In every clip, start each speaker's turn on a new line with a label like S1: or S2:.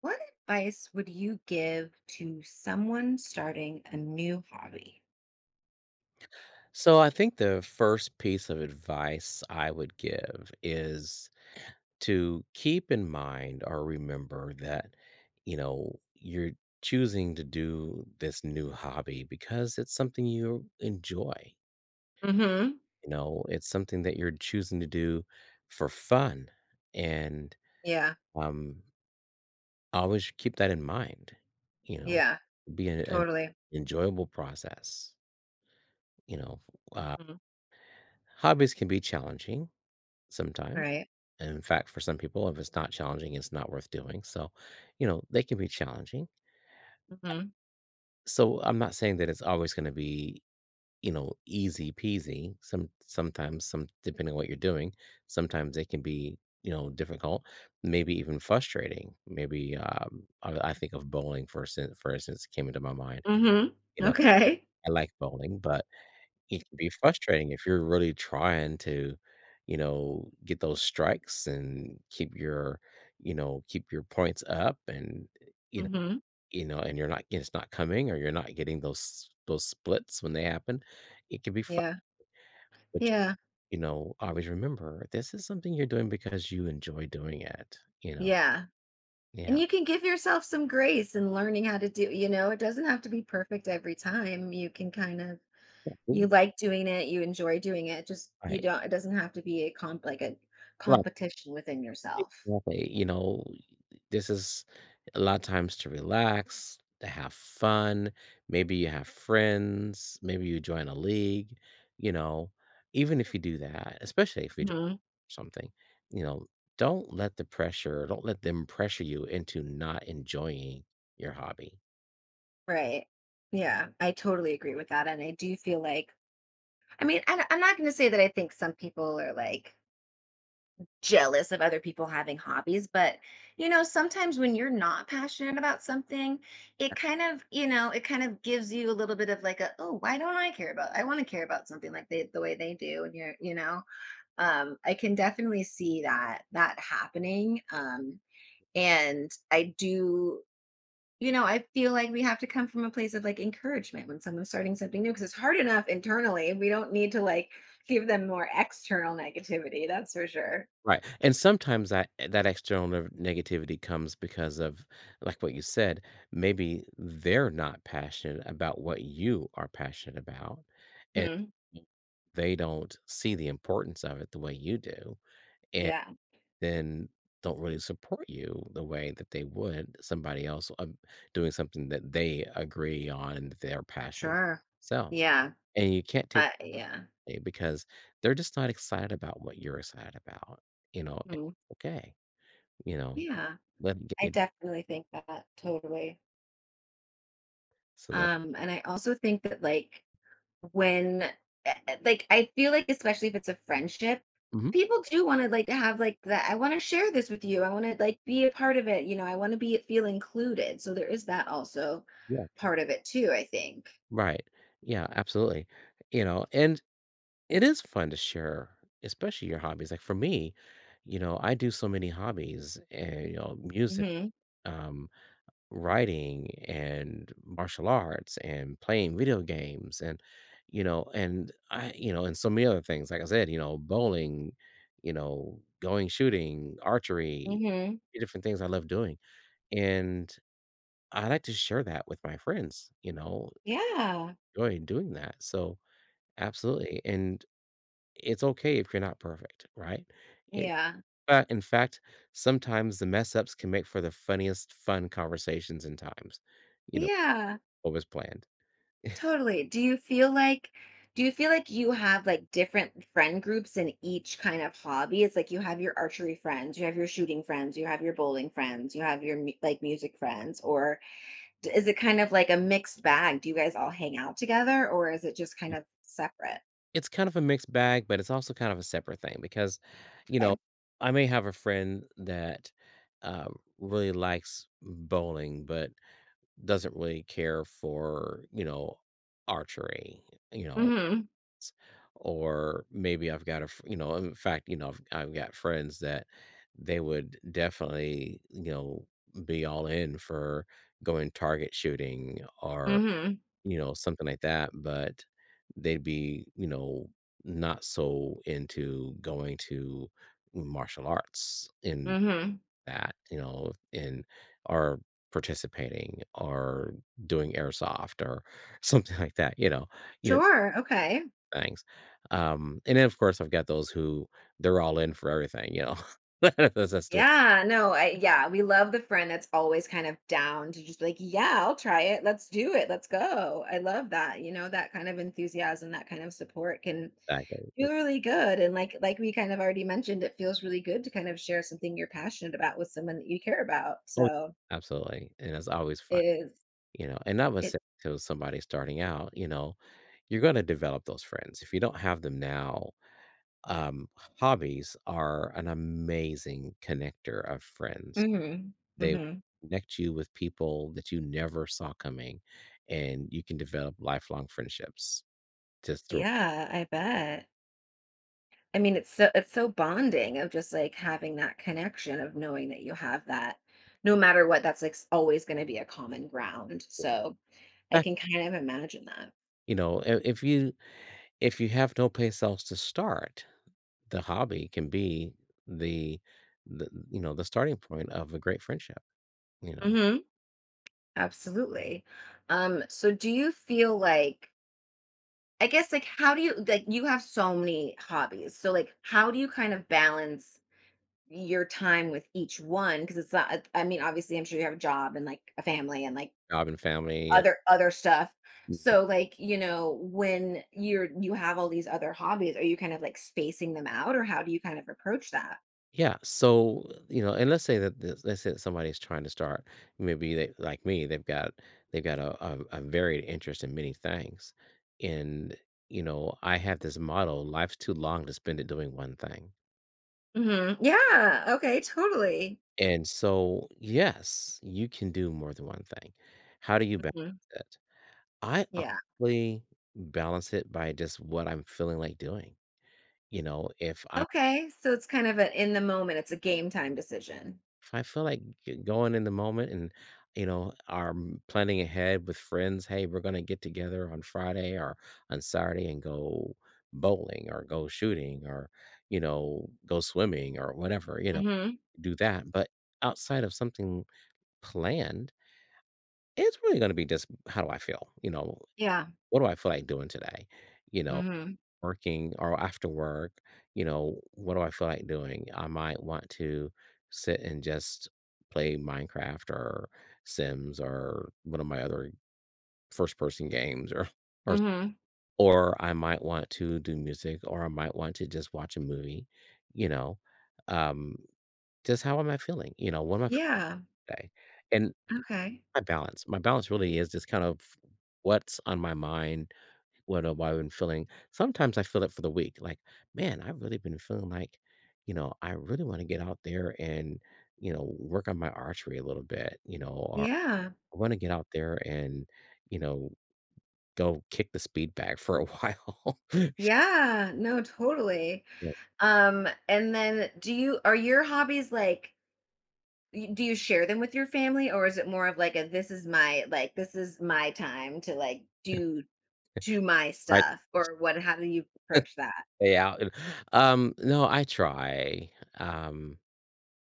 S1: What advice would you give to someone starting a new hobby?
S2: So I think the first piece of advice I would give is to keep in mind or remember that, you know, you're choosing to do this new hobby because it's something you enjoy.
S1: Mm-hmm.
S2: You know, it's something that you're choosing to do for fun. And
S1: Yeah,
S2: um always keep that in mind, you know,
S1: yeah,
S2: be an
S1: totally.
S2: enjoyable process, you know. Uh,
S1: Mm-hmm.
S2: hobbies can be challenging sometimes.
S1: Right.
S2: And in fact, for some people, if it's not challenging, it's not worth doing. So, you know, they can be challenging.
S1: Mm-hmm.
S2: So I'm not saying that it's always going to be, you know, easy peasy. Sometimes, some depending on what you're doing, sometimes they can be, you know, difficult, maybe even frustrating. Maybe I think of bowling for instance, came into my mind.
S1: Mm-hmm.
S2: You know,
S1: Okay.
S2: I like bowling, but it can be frustrating if you're really trying to, you know, get those strikes and keep your, you know, keep your points up and, you know,
S1: Mm-hmm.
S2: you know, and you're not it's not coming or you're not getting those splits when they happen. It can be fun,
S1: Yeah,
S2: but
S1: yeah,
S2: you know, always remember this is something you're doing because you enjoy doing it, you know.
S1: yeah. And
S2: Yeah.
S1: you can give yourself some grace in learning how to do, it doesn't have to be perfect every time. You can kind of, you like doing it, you enjoy doing it. Just, you
S2: Right.
S1: don't, it doesn't have to be like a
S2: Right.
S1: competition within yourself.
S2: Exactly. You know, this is a lot of times to relax, to have fun. Maybe you have friends. Maybe you join a league. You know, even if you do that, especially if you join something, you know, don't let the pressure, don't let them pressure you into not enjoying your hobby.
S1: Right. Yeah, I totally agree with that, and I do feel like I mean, I'm not gonna say that I think some people are, like, jealous of other people having hobbies, but, you know, sometimes when you're not passionate about something, it kind of gives you a little bit of, like, a, "Oh, why don't I care about I wanna care about something like they the way they do," and you're you know? I can definitely see that happening, and I do you know, I feel like we have to come from a place of like encouragement when someone's starting something new because it's hard enough internally. We don't need to like give them more external negativity. That's for sure.
S2: Right, and sometimes that that external negativity comes because of, like what you said, maybe they're not passionate about what you are passionate about, and
S1: Hmm.
S2: they don't see the importance of it the way you do, and
S1: Yeah,
S2: then don't really support you the way that they would somebody else, doing something that they agree on and that they're passionate
S1: sure.
S2: themselves,
S1: Yeah.
S2: and you can't take
S1: Yeah.
S2: that away because they're just not excited about what you're excited about, you know, and
S1: Hmm.
S2: it's okay. You know,
S1: Yeah.
S2: let it
S1: I
S2: get it
S1: definitely think that totally.
S2: so that.
S1: And I also think that like when like I feel like especially if it's a friendship,
S2: Hmm.
S1: people do want to like have like that. I want to share this with you. I want to like be a part of it. You know, I want to be feel included. So there is that also
S2: Yeah,
S1: part of it too. I think.
S2: right. Yeah, absolutely. You know, and it is fun to share, especially your hobbies. Like for me, you know, I do so many hobbies and, you know, music,
S1: Hmm.
S2: um, writing and martial arts and playing video games and, you know, and I, you know, and so many other things. Like I said, you know, bowling, you know, going shooting, archery,
S1: Hmm.
S2: different things I love doing. And I like to share that with my friends, you know,
S1: Yeah.
S2: joy in doing that. So, absolutely, and it's okay if you're not perfect, right? It
S1: Yeah.
S2: But in fact, sometimes the mess ups can make for the funniest fun conversations and times, you know,
S1: Yeah.
S2: what was planned.
S1: Totally. Do you feel like you have like different friend groups in each kind of hobby? It's like you have your archery friends, you have your shooting friends, you have your bowling friends, you have your like music friends, or is it kind of like a mixed bag? Do you guys all hang out together or is it just kind of separate?
S2: It's kind of a mixed bag, but it's also kind of a separate thing because, you know,
S1: Okay.
S2: I may have a friend that, really likes bowling, but doesn't really care for, you know, archery, you know,
S1: Mhm.
S2: s- or maybe I've got a you know, in fact, you know, I've got friends that they would definitely, you know, be all in for going target shooting or
S1: Mhm.
S2: you know, something like that, but they'd be, you know, not so into going to martial arts in
S1: Mhm.
S2: that, you know, in or participating or doing airsoft or something like that, you know,
S1: Sure. Okay.
S2: things. And then of course I've got those who they're all in for everything, you know. That's the
S1: Yeah, no, we love the friend that's always kind of down to just like, yeah, I'll try it. Let's do it. Let's go. I love that. You know, that kind of enthusiasm, that kind of support can
S2: exactly.
S1: feel really good. And like we kind of already mentioned, it feels really good to kind of share something you're passionate about with someone that you care about.
S2: Oh,
S1: So
S2: absolutely. And it's always fun,
S1: it is
S2: you know. And I would
S1: it
S2: say to somebody starting out, you know, you're gonna develop those friends. If you don't have them now, um, hobbies are an amazing connector of friends.
S1: mhm.
S2: They
S1: Mhm.
S2: connect you with people that you never saw coming, and you can develop lifelong friendships just through.
S1: Yeah, I bet. I mean, it's so bonding of just like having that connection of knowing that you have that. No matter what, that's like always going to be a common ground. So I
S2: Uh,
S1: can kind of imagine that.
S2: you know, if you have no place else to start, the hobby can be the the you know, the starting point of a great friendship. You know?
S1: Hmm. Absolutely. So do you feel like I guess like how do you like you have so many hobbies. So like how do you kind of balance your time with each one? Because it's not I mean, obviously I'm sure you have a job and like a family and like
S2: Job and family, and
S1: other stuff. So like, you know, when you're you have all these other hobbies, are you kind of like spacing them out or how do you kind of approach that?
S2: yeah, so, you know, and let's say that this let's say that somebody's trying to start maybe they like me, they've got a varied interest in many things, and, you know, I have this motto, "Life's too long to spend it doing one thing."
S1: Hmm. Yeah. Okay. Totally.
S2: And so, yes, you can do more than one thing. How do you balance
S1: Hmm.
S2: it? I
S1: Yeah.
S2: honestly balance it by just what I'm feeling like doing. You know,
S1: Okay. So it's kind of an in the moment, it's a game time decision.
S2: if I feel like going in the moment and you know are planning ahead with friends, hey, we're gonna get together on Friday or on Saturday and go bowling or go shooting or you know go swimming or whatever. You know,
S1: Hmm.
S2: do that. But outside of something planned, it's really gonna be just how do I feel? You know,
S1: Yeah.
S2: what do I feel like doing today? You know,
S1: Hmm.
S2: working or after work, you know, what do I feel like doing? I might want to sit and just play Minecraft or Sims or one of my other first person games or or
S1: Hmm.
S2: or I might want to do music or I might want to just watch a movie, you know. Um, just how am I feeling? You know, what am I feeling
S1: Yeah.
S2: today? And
S1: Okay.
S2: My balance really is just kind of what's on my mind, what am I been feeling. Sometimes I feel it for the week, like, "Man, I've really been feeling like, you know, I really wanna get out there and, you know, work on my archery a little bit," you know, or,
S1: Yeah.
S2: "I wanna get out there and, you know, go kick the speed bag for a while."
S1: Yeah. No, totally.
S2: You
S1: And then do you are your hobbies like Y do you share them with your family, or is it more of like a this is my like, this is my time to, like, do do my
S2: I
S1: stuff, or what how do you approach that?
S2: stay out and no, I try, um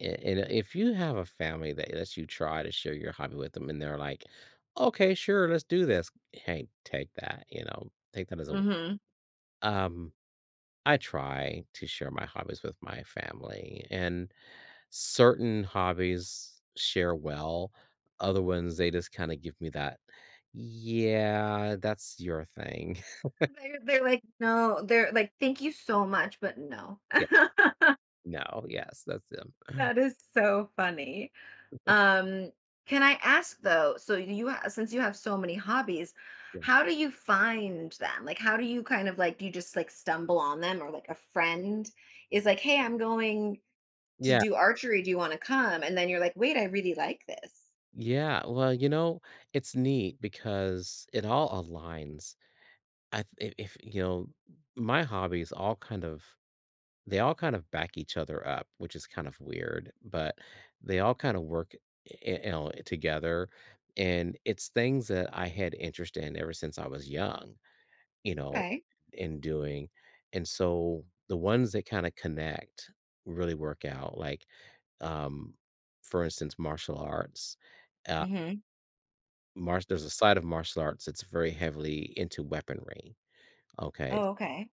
S2: and if you have a family that lets you try to share your hobby with them and they're like, okay, sure, let's do this. Hey, take that, you know, take that as a,
S1: Mhm.
S2: um, I try to share my hobbies with my family and certain hobbies share well. Other ones, they just kind of give me that, yeah, that's your thing.
S1: They're like, "No." They're like, "Thank you so much, but no."
S2: Yeah. No, yes, that's them.
S1: That is so funny. Um, can I ask though, so you ha since you have so many hobbies,
S2: Yeah.
S1: how do you find them? Like, how do you kind of like do you just, like, stumble on them or, like, a friend is like, "Hey, I'm going to
S2: Yeah.
S1: do archery, "Do you wanna come?" And then you're like, "Wait, I really like this."
S2: Yeah. Well, you know, it's neat because it all aligns I th if, you know, my hobbies all kind of they all kind of back each other up, which is kind of weird, but they all kind of work, I you know, together, and it's things that I had interest in ever since I was young, you know,
S1: Okay.
S2: in doing, and so the ones that kinda connect really work out, like, um, for instance, martial arts. Uh,
S1: Mhm.
S2: mars there's a side of martial arts that's very heavily into weaponry, okay?
S1: Oh, okay.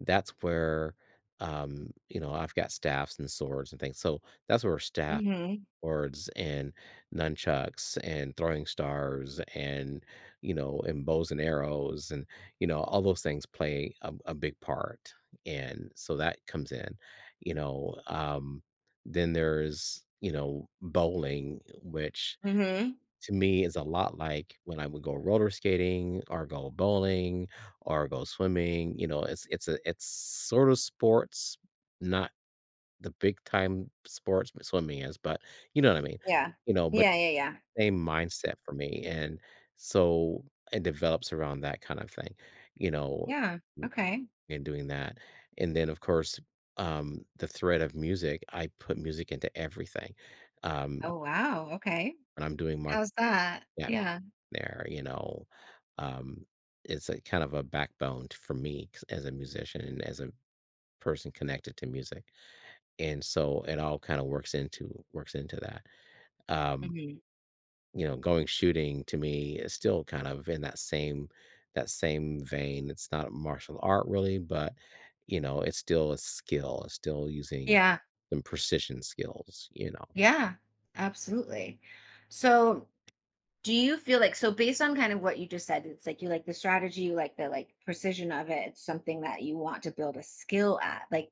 S2: That's where, you know, I've got staffs and swords and things. So that's where staff,
S1: Mhm.
S2: swords, and nunchucks and throwing stars and, you know, and bows and arrows and, you know, all those things play a big part. And so that comes in, you know. Then there's, you know, bowling, which
S1: Mhm.
S2: to me is a lot like when I would go roller skating or go bowling or go swimming. You know, it's a it's sort of sports, not the big time sports but swimming is, but you know what I mean.
S1: Yeah.
S2: You know, but
S1: Yeah, yeah, yeah.
S2: same mindset for me, and so it develops around that kind of thing. You know,
S1: Yeah. Okay.
S2: and doing that, and then of course the thread of music, I put music into everything, um
S1: Oh, wow. Okay.
S2: when I'm doing martial
S1: How's that? Yeah.
S2: there, you know. Um, it's a kind of a backbone for me as a musician and as a person connected to music. And so it all kind of works into that. Um,
S1: Mhm.
S2: you know, going shooting to me is still kind of in that same that same vein. It's not martial art really, but you know, it's still a skill. It's still using
S1: Yeah.
S2: some precision skills, you know.
S1: Yeah. Absolutely. So Do you feel like so based on kind of what you just said, it's like you like the strategy, you like the like precision of it. It's something that you want to build a skill at. Like,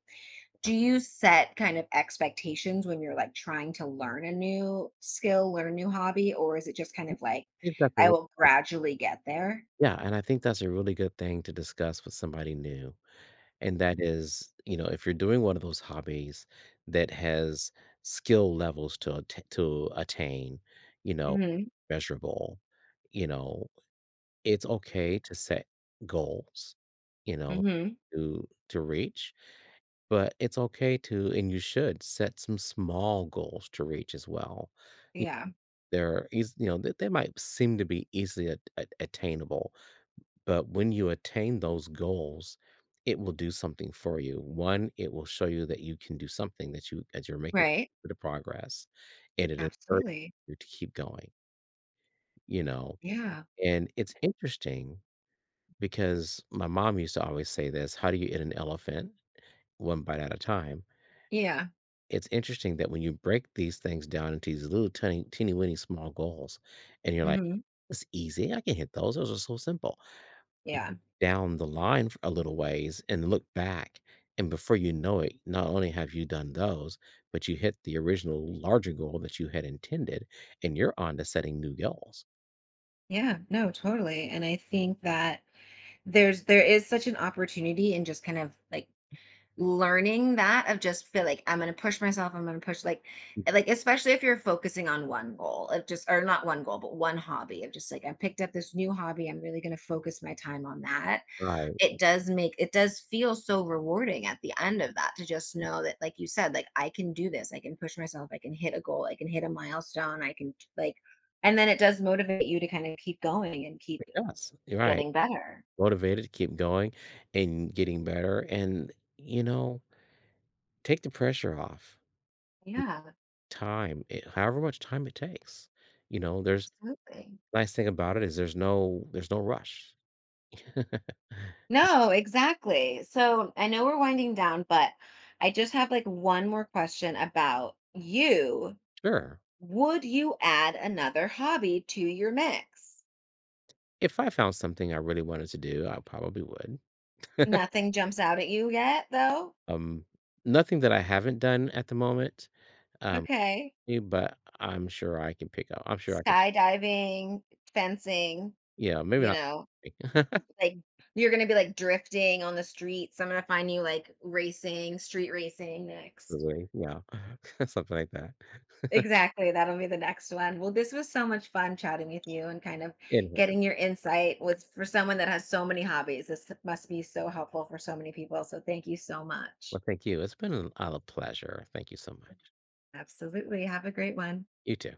S2: Yeah. I
S1: do you set kind of expectations when you're like trying to learn a new skill, learn a new hobby, or is it just kind of like
S2: think that's a
S1: I
S2: really
S1: will
S2: good
S1: gradually get there?
S2: yeah, and I think that's a really good thing to discuss with somebody new, and that is, you know, if you're doing one of those hobbies that has skill levels to atta to attain, you know,
S1: Hmm.
S2: measurable, you know, it's okay to set goals, you know,
S1: Hmm.
S2: to reach, but it's okay to and you should set some small goals to reach as well. Y
S1: Yeah.
S2: They're eas you know, they might seem to be easily at attainable, but when you attain those goals, it will do something for you. One, it will show you that you can do something that you as you're making
S1: Right.
S2: the progress, and it encourages
S1: Absolutely.
S2: you to keep going, you know?
S1: Yeah.
S2: And it's interesting because my mom used to always say this, how do you eat an elephant? One bite at a time.
S1: Yeah.
S2: It's interesting that when you break these things down into these little tiny teeny weeny small goals and you're like,
S1: Hmm.
S2: it's easy, I can hit those are so simple. You
S1: Yeah.
S2: down the line for a little ways and look back, and before you know it not only have you done those, but you hit the original larger goal that you had intended, and you're on to setting new goals,
S1: Yeah. No, totally. And I think that there is such an opportunity in just kind of like learning that of just feel like I'm gonna push myself, I'm gonna push like especially if you're focusing on one goal of just or not one goal, but one hobby of just like I picked up this new hobby, I'm really gonna focus my time on that.
S2: right?
S1: It does feel so rewarding at the end of that to just know that like you said, like I can do this, I can push myself, I can hit a goal, I can hit a milestone, I can like and then it does motivate you to kind of keep going and keep
S2: Yes, right.
S1: getting better.
S2: Motivated, keep going and getting better, and, you know, take the pressure off. It's
S1: Yeah,
S2: Time, it however much time it takes, you know, there's
S1: absolutely.
S2: nice thing about it is there's there's no rush.
S1: No, exactly. So I know we're winding down, but I just have like one more question about you.
S2: Sure,
S1: Would you add another hobby to your mix?
S2: if I found something I really wanted to do, I probably would.
S1: Nothing jumps out at you yet, though?
S2: Um, nothing that I haven't done at the moment, um,
S1: Okay.
S2: but I'm sure I can pick up I'm sure I can
S1: Skydiving, fencing,
S2: yeah, maybe
S1: you know,
S2: not.
S1: like you're going to be like drifting on the streets. I'm going to find you like racing, street racing next.
S2: Probably, yeah, something like that.
S1: Exactly, that'll be the next one. Well, this was so much fun chatting with you and kind of
S2: Anyhow.
S1: getting your insight was for someone that has so many hobbies. This must be so helpful for so many people. So thank you so much.
S2: Well, thank you. It's been a pleasure. Thank you so much.
S1: Absolutely. Have a great one.
S2: You too.